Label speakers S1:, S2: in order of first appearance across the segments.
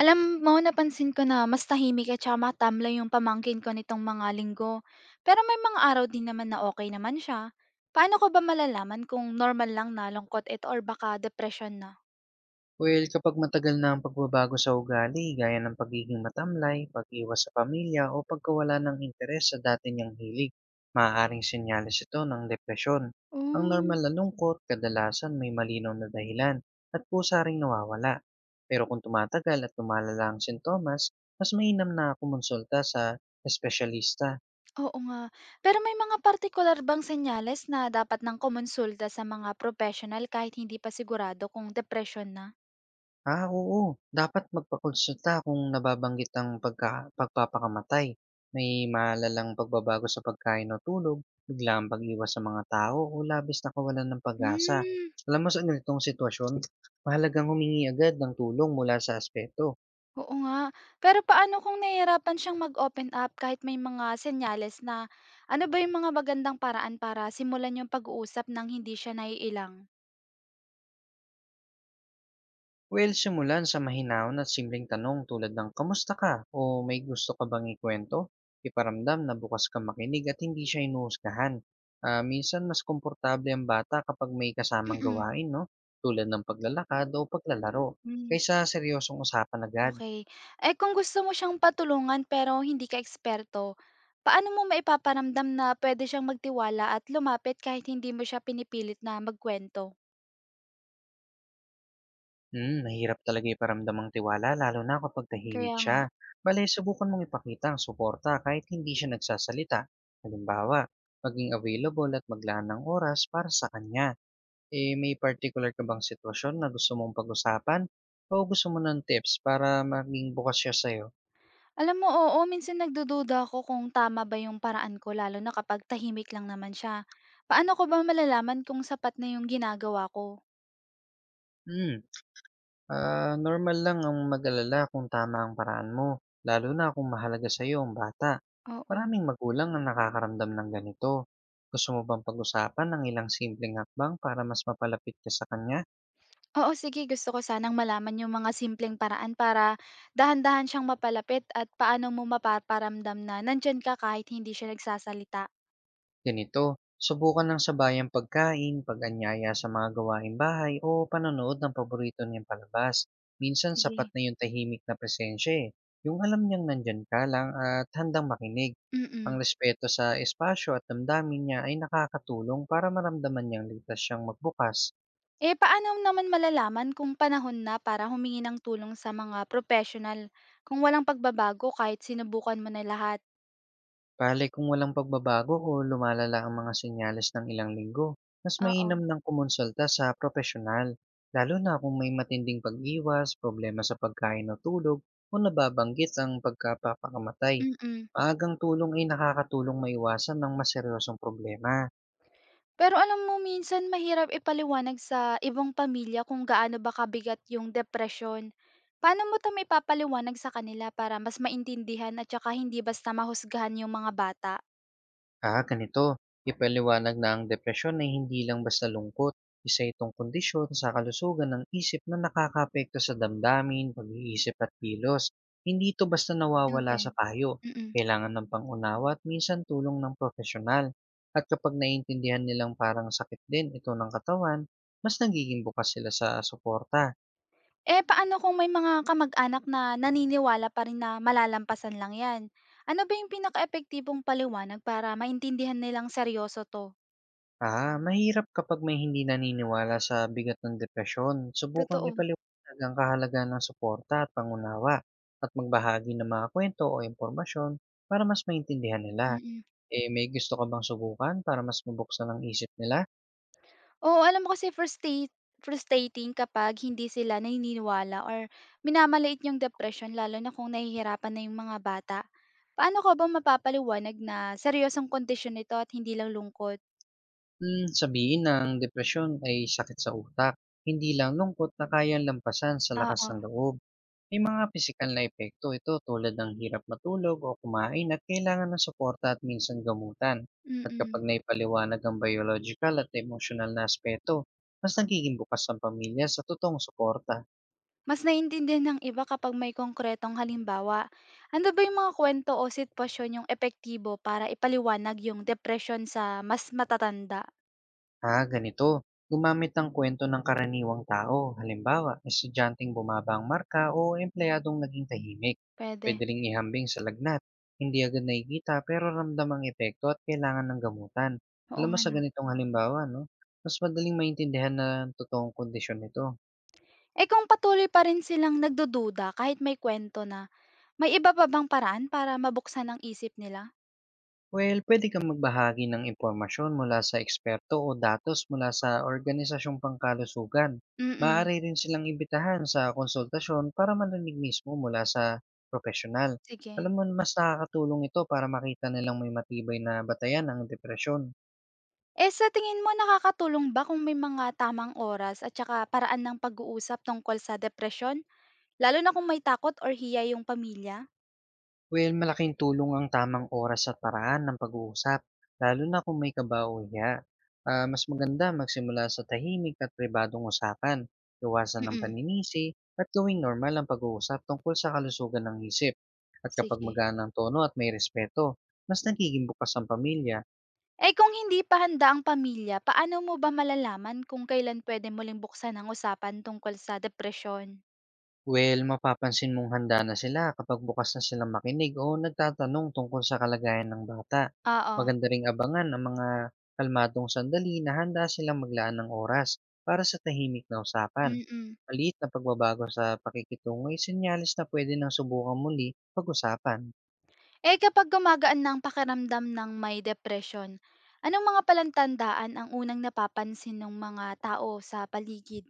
S1: Alam mo, napansin ko na mas tahimik at saka matamlay yung pamangkin ko nitong mga linggo. Pero may mga araw din naman na okay naman siya. Paano ko ba malalaman kung normal lang na lungkot ito or baka depression na?
S2: Well, kapag matagal na ang pagbabago sa ugali, gaya ng pagiging matamlay, pag-iwas sa pamilya, o pagkawala ng interes sa dati niyang hilig, maaaring senyales ito ng depresyon. Ang
S1: Mm,
S2: normal na lungkot, kadalasan may malinaw na dahilan, at pusa ring nawawala. Pero kung tumatagal at tumalala ang sintomas, mas mainam na kumonsulta sa espesyalista.
S1: oo nga. Pero may mga particular bang senyales na dapat nang kumonsulta sa mga professional kahit hindi pa sigurado kung depression na?
S2: Oo. Dapat magpakonsulta kung nababanggit ang pagka pagpapakamatay, may malalang pagbabago sa pagkain o tulog, biglaang pag-iwas sa mga tao o labis na kawalan ng pag-asa.
S1: Hmm.
S2: Alam mo, sa ganitong sitwasyon, mahalagang humingi agad ng tulong mula sa aspeto.
S1: Oo nga. Pero paano kung nahihirapan siyang mag-open up kahit may mga senyales na, ano ba yung mga magandang paraan para simulan yung pag-uusap nang hindi siya naiilang?
S2: Well, simulan sa mahinahon at simpleng tanong tulad ng kamusta ka o may gusto ka bang ikwento? Iparamdam na bukas ka makinig at hindi siya inuuskahan. Minsan mas komportable ang bata kapag may kasamang
S1: Mm-mm.
S2: gawain, no? Tulad ng paglalakad o paglalaro,
S1: Mm.
S2: kaysa seryosong usapan
S1: Hmm,
S2: agad.
S1: okey. Eh, kung gusto mo siyang patulungan pero hindi ka eksperto, paano mo maipaparamdam na pwede siyang magtiwala at lumapit kahit hindi mo siya pinipilit na magkuwento?
S2: Hmm, mahirap talaga iparamdam ang tiwala lalo na kapag tahimik
S1: Kaya nga.
S2: siya. Bale, subukan mong ipakita ang suporta kahit hindi siya nagsasalita. Halimbawa, maging available at maglaan ng oras para sa kanya. Eh, may particular ka bang sitwasyon na gusto mong pag-usapan o gusto mo ng tips para maging bukas siya sa'yo?
S1: Alam mo, oo, minsan nagdududa ako kung tama ba yung paraan ko lalo na kapag tahimik lang naman siya. Paano ko ba malalaman kung sapat na yung ginagawa ko?
S2: Hmm, Normal lang ang mag-alala kung tama ang paraan mo, lalo na kung mahalaga sa'yo ang bata.
S1: Oo.
S2: Maraming magulang ang nakakaramdam ng ganito. Gusto mo bang pag-usapan ng ilang simpleng hakbang para mas mapalapit ka sa kanya?
S1: Oo, sige, gusto ko sanang malaman yung mga simpleng paraan para dahan-dahan siyang mapalapit at paano mo mapaparamdam na nandyan ka kahit hindi siya nagsasalita.
S2: Ganito, subukan ng sabayang pagkain, pag-anyaya sa mga gawaing bahay o panonood ng paborito niyang palabas. Minsan sapat
S1: Sige.
S2: na yung tahimik na presensya eh. Yung alam niyang nandyan ka lang at handang makinig. Ang
S1: Mm-mm.
S2: respeto sa espasyo at damdamin niya ay nakakatulong para maramdaman niyang ligtas siyang magbukas.
S1: Eh, paano naman malalaman kung panahon na para humingi ng tulong sa mga professional kung walang pagbabago kahit sinubukan mo na lahat?
S2: Bale, kung walang pagbabago o lumalala ang mga senyales ng ilang linggo, mas
S1: Oo.
S2: mainam ng kumonsulta sa profesional, lalo na kung may matinding pag-iwas, problema sa pagkain o tulog, o nababanggit ang pagkapapakamatay.
S1: Mm-mm.
S2: Maagang tulong ay nakakatulong maiwasan ng maseryosong problema.
S1: Pero alam mo minsan mahirap ipaliwanag sa ibang pamilya kung gaano ba kabigat yung depression. Paano mo 'to maipapaliwanag sa kanila para mas maintindihan at saka hindi basta mahusgahan yung mga bata?
S2: Ganito. Ipaliwanag na ang depresyon ay hindi lang basta lungkot. Isa itong kondisyon sa kalusugan ng isip na nakakapekto sa damdamin, pag-iisip at kilos. Hindi ito basta nawawala sa
S1: Newton.
S2: payo.
S1: Mm.
S2: Kailangan ng pangunawa at minsan tulong ng profesional. At kapag naiintindihan nilang parang sakit din ito ng katawan, mas nagiging bukas sila sa suporta.
S1: Eh, paano kung may mga kamag-anak na naniniwala pa rin na malalampasan lang 'yan? Ano ba yung pinakaepektibong paliwanag para maintindihan nilang seryoso 'to?
S2: Mahirap kapag may hindi naniniwala sa bigat ng depresyon. Subukang
S1: Totoo,
S2: ipaliwanag ang kahalagahan ng suporta at pangunawa, at magbahagi ng mga kwento o impormasyon para mas maintindihan nila.
S1: mm.
S2: Eh, may gusto ka bang subukan para mas mabuksan ang isip nila?
S1: Oo, alam mo kasi frustrating kapag hindi sila naniniwala or minamaliit yung depression lalo na kung nahihirapan na yung mga bata. Paano ko ba mapapaliwanag na seryosong kondisyon ito at hindi lang lungkot?
S2: Hmm, sabihin na ang depresyon ay sakit sa utak, hindi lang lungkot na kayang lampasan sa lakas
S1: Oo,
S2: ng loob. May mga pisikal na epekto ito tulad ng hirap matulog o kumain at kailangan ng suporta at minsan gamutan. At
S1: mm.
S2: kapag naipaliwanag ang biological at emotional na aspeto, mas nagiging bukas ang pamilya sa totoong suporta.
S1: Mas naiintindihan ng iba kapag may konkretong halimbawa. Ano ba yung mga kwento o sitwasyon yung epektibo para ipaliwanag yung depression sa mas matatanda?
S2: Ganito. Gumamit ng kwento ng karaniwang tao. Halimbawa, estudyanteng bumaba ang marka o empleyadong naging tahimik.
S1: Puwede,
S2: Pwede ring ihambing sa lagnat. Hindi agad nakikita pero ramdam ang epekto at kailangan ng gamutan.
S1: oo
S2: Alam mo,
S1: nga
S2: sa
S1: 'no.
S2: ganitong halimbawa, no? Mas madaling maintindihan na ang totoong kondisyon nito.
S1: Eh, kung patuloy pa rin silang nagdududa kahit may kwento na? May iba pa bang paraan para mabuksan ang isip nila?
S2: Well, pwede kang magbahagi ng impormasyon mula sa eksperto o datos mula sa organisasyong pangkalusugan.
S1: Mm,
S2: Maaari rin silang imbitahan sa konsultasyon para marinig mismo mula sa propesyonal.
S1: sige.
S2: Alam mo, mas nakakatulong ito para makita nilang may matibay na batayan ang depresyon.
S1: Eh, sa tingin mo nakakatulong ba kung may mga tamang oras at saka paraan ng pag-uusap tungkol sa depresyon? Lalo na kung may takot or hiya yung pamilya?
S2: Well, malaking tulong ang tamang oras at paraan ng pag-uusap, lalo na kung may kaba. Mas maganda magsimula sa tahimik at pribadong usapan, iwasan ng
S1: Mm,
S2: paninisi, at gawing normal ang pag-uusap tungkol sa kalusugan ng isip. At kapag
S1: sige.
S2: magaan ang tono at may respeto, mas nagiging bukas ang pamilya.
S1: Eh, kung hindi pa handa ang pamilya, paano mo ba malalaman kung kailan puwede muling buksan ang usapan tungkol sa depresyon?
S2: Well, mapapansin mong handa na sila kapag bukas na silang makinig o nagtatanong tungkol sa kalagayan ng bata.
S1: Oo,
S2: Maganda ring abangan ang mga kalmadong sandali na handa silang maglaan ng oras para sa tahimik na usapan.
S1: mm.
S2: Maliit na pagbabago sa pakikitungo ay senyales na pwede nang subukan muli pag-usapan.
S1: Eh, kapag gumagaan na pakiramdam ng may depression, anong mga palantandaan ang unang napapansin ng mga tao sa paligid?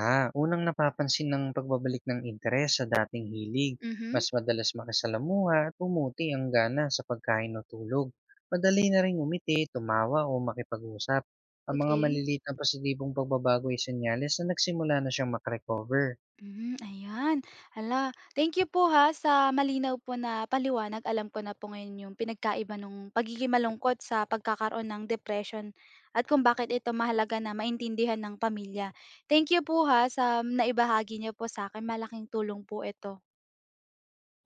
S2: Unang napapansin ng pagbabalik ng interes sa dating hilig.
S1: Mhm,
S2: Mas madalas makisalamuha at umuti ang gana sa pagkain o tulog. Madali na rin umiti, tumawa o makipag-usap. Ang mga
S1: okey.
S2: maliliit na positibong pagbabago ay senyales na nagsimula na siyang makarecover.
S1: Hmm, ayan. Hala, thank you po, ha, sa malinaw po na paliwanag. Alam ko na po ngayon yung pinagkaiba nung pagiging malungkot sa pagkakaroon ng depression at kung bakit ito mahalaga na maintindihan ng pamilya. Thank you po, ha, sa naibahagi niyo po sa akin. Malaking tulong po ito.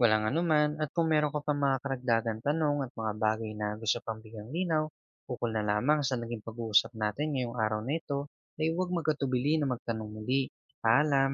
S2: Walang anuman, at kung meron ka pa mga karagdagan tanong at mga bagay na gusto pang bigyang linaw, ukol na lamang sa naging pag-uusap natin ngayong araw na ito, ay huwag magkatubili na magtanong muli. Paalam!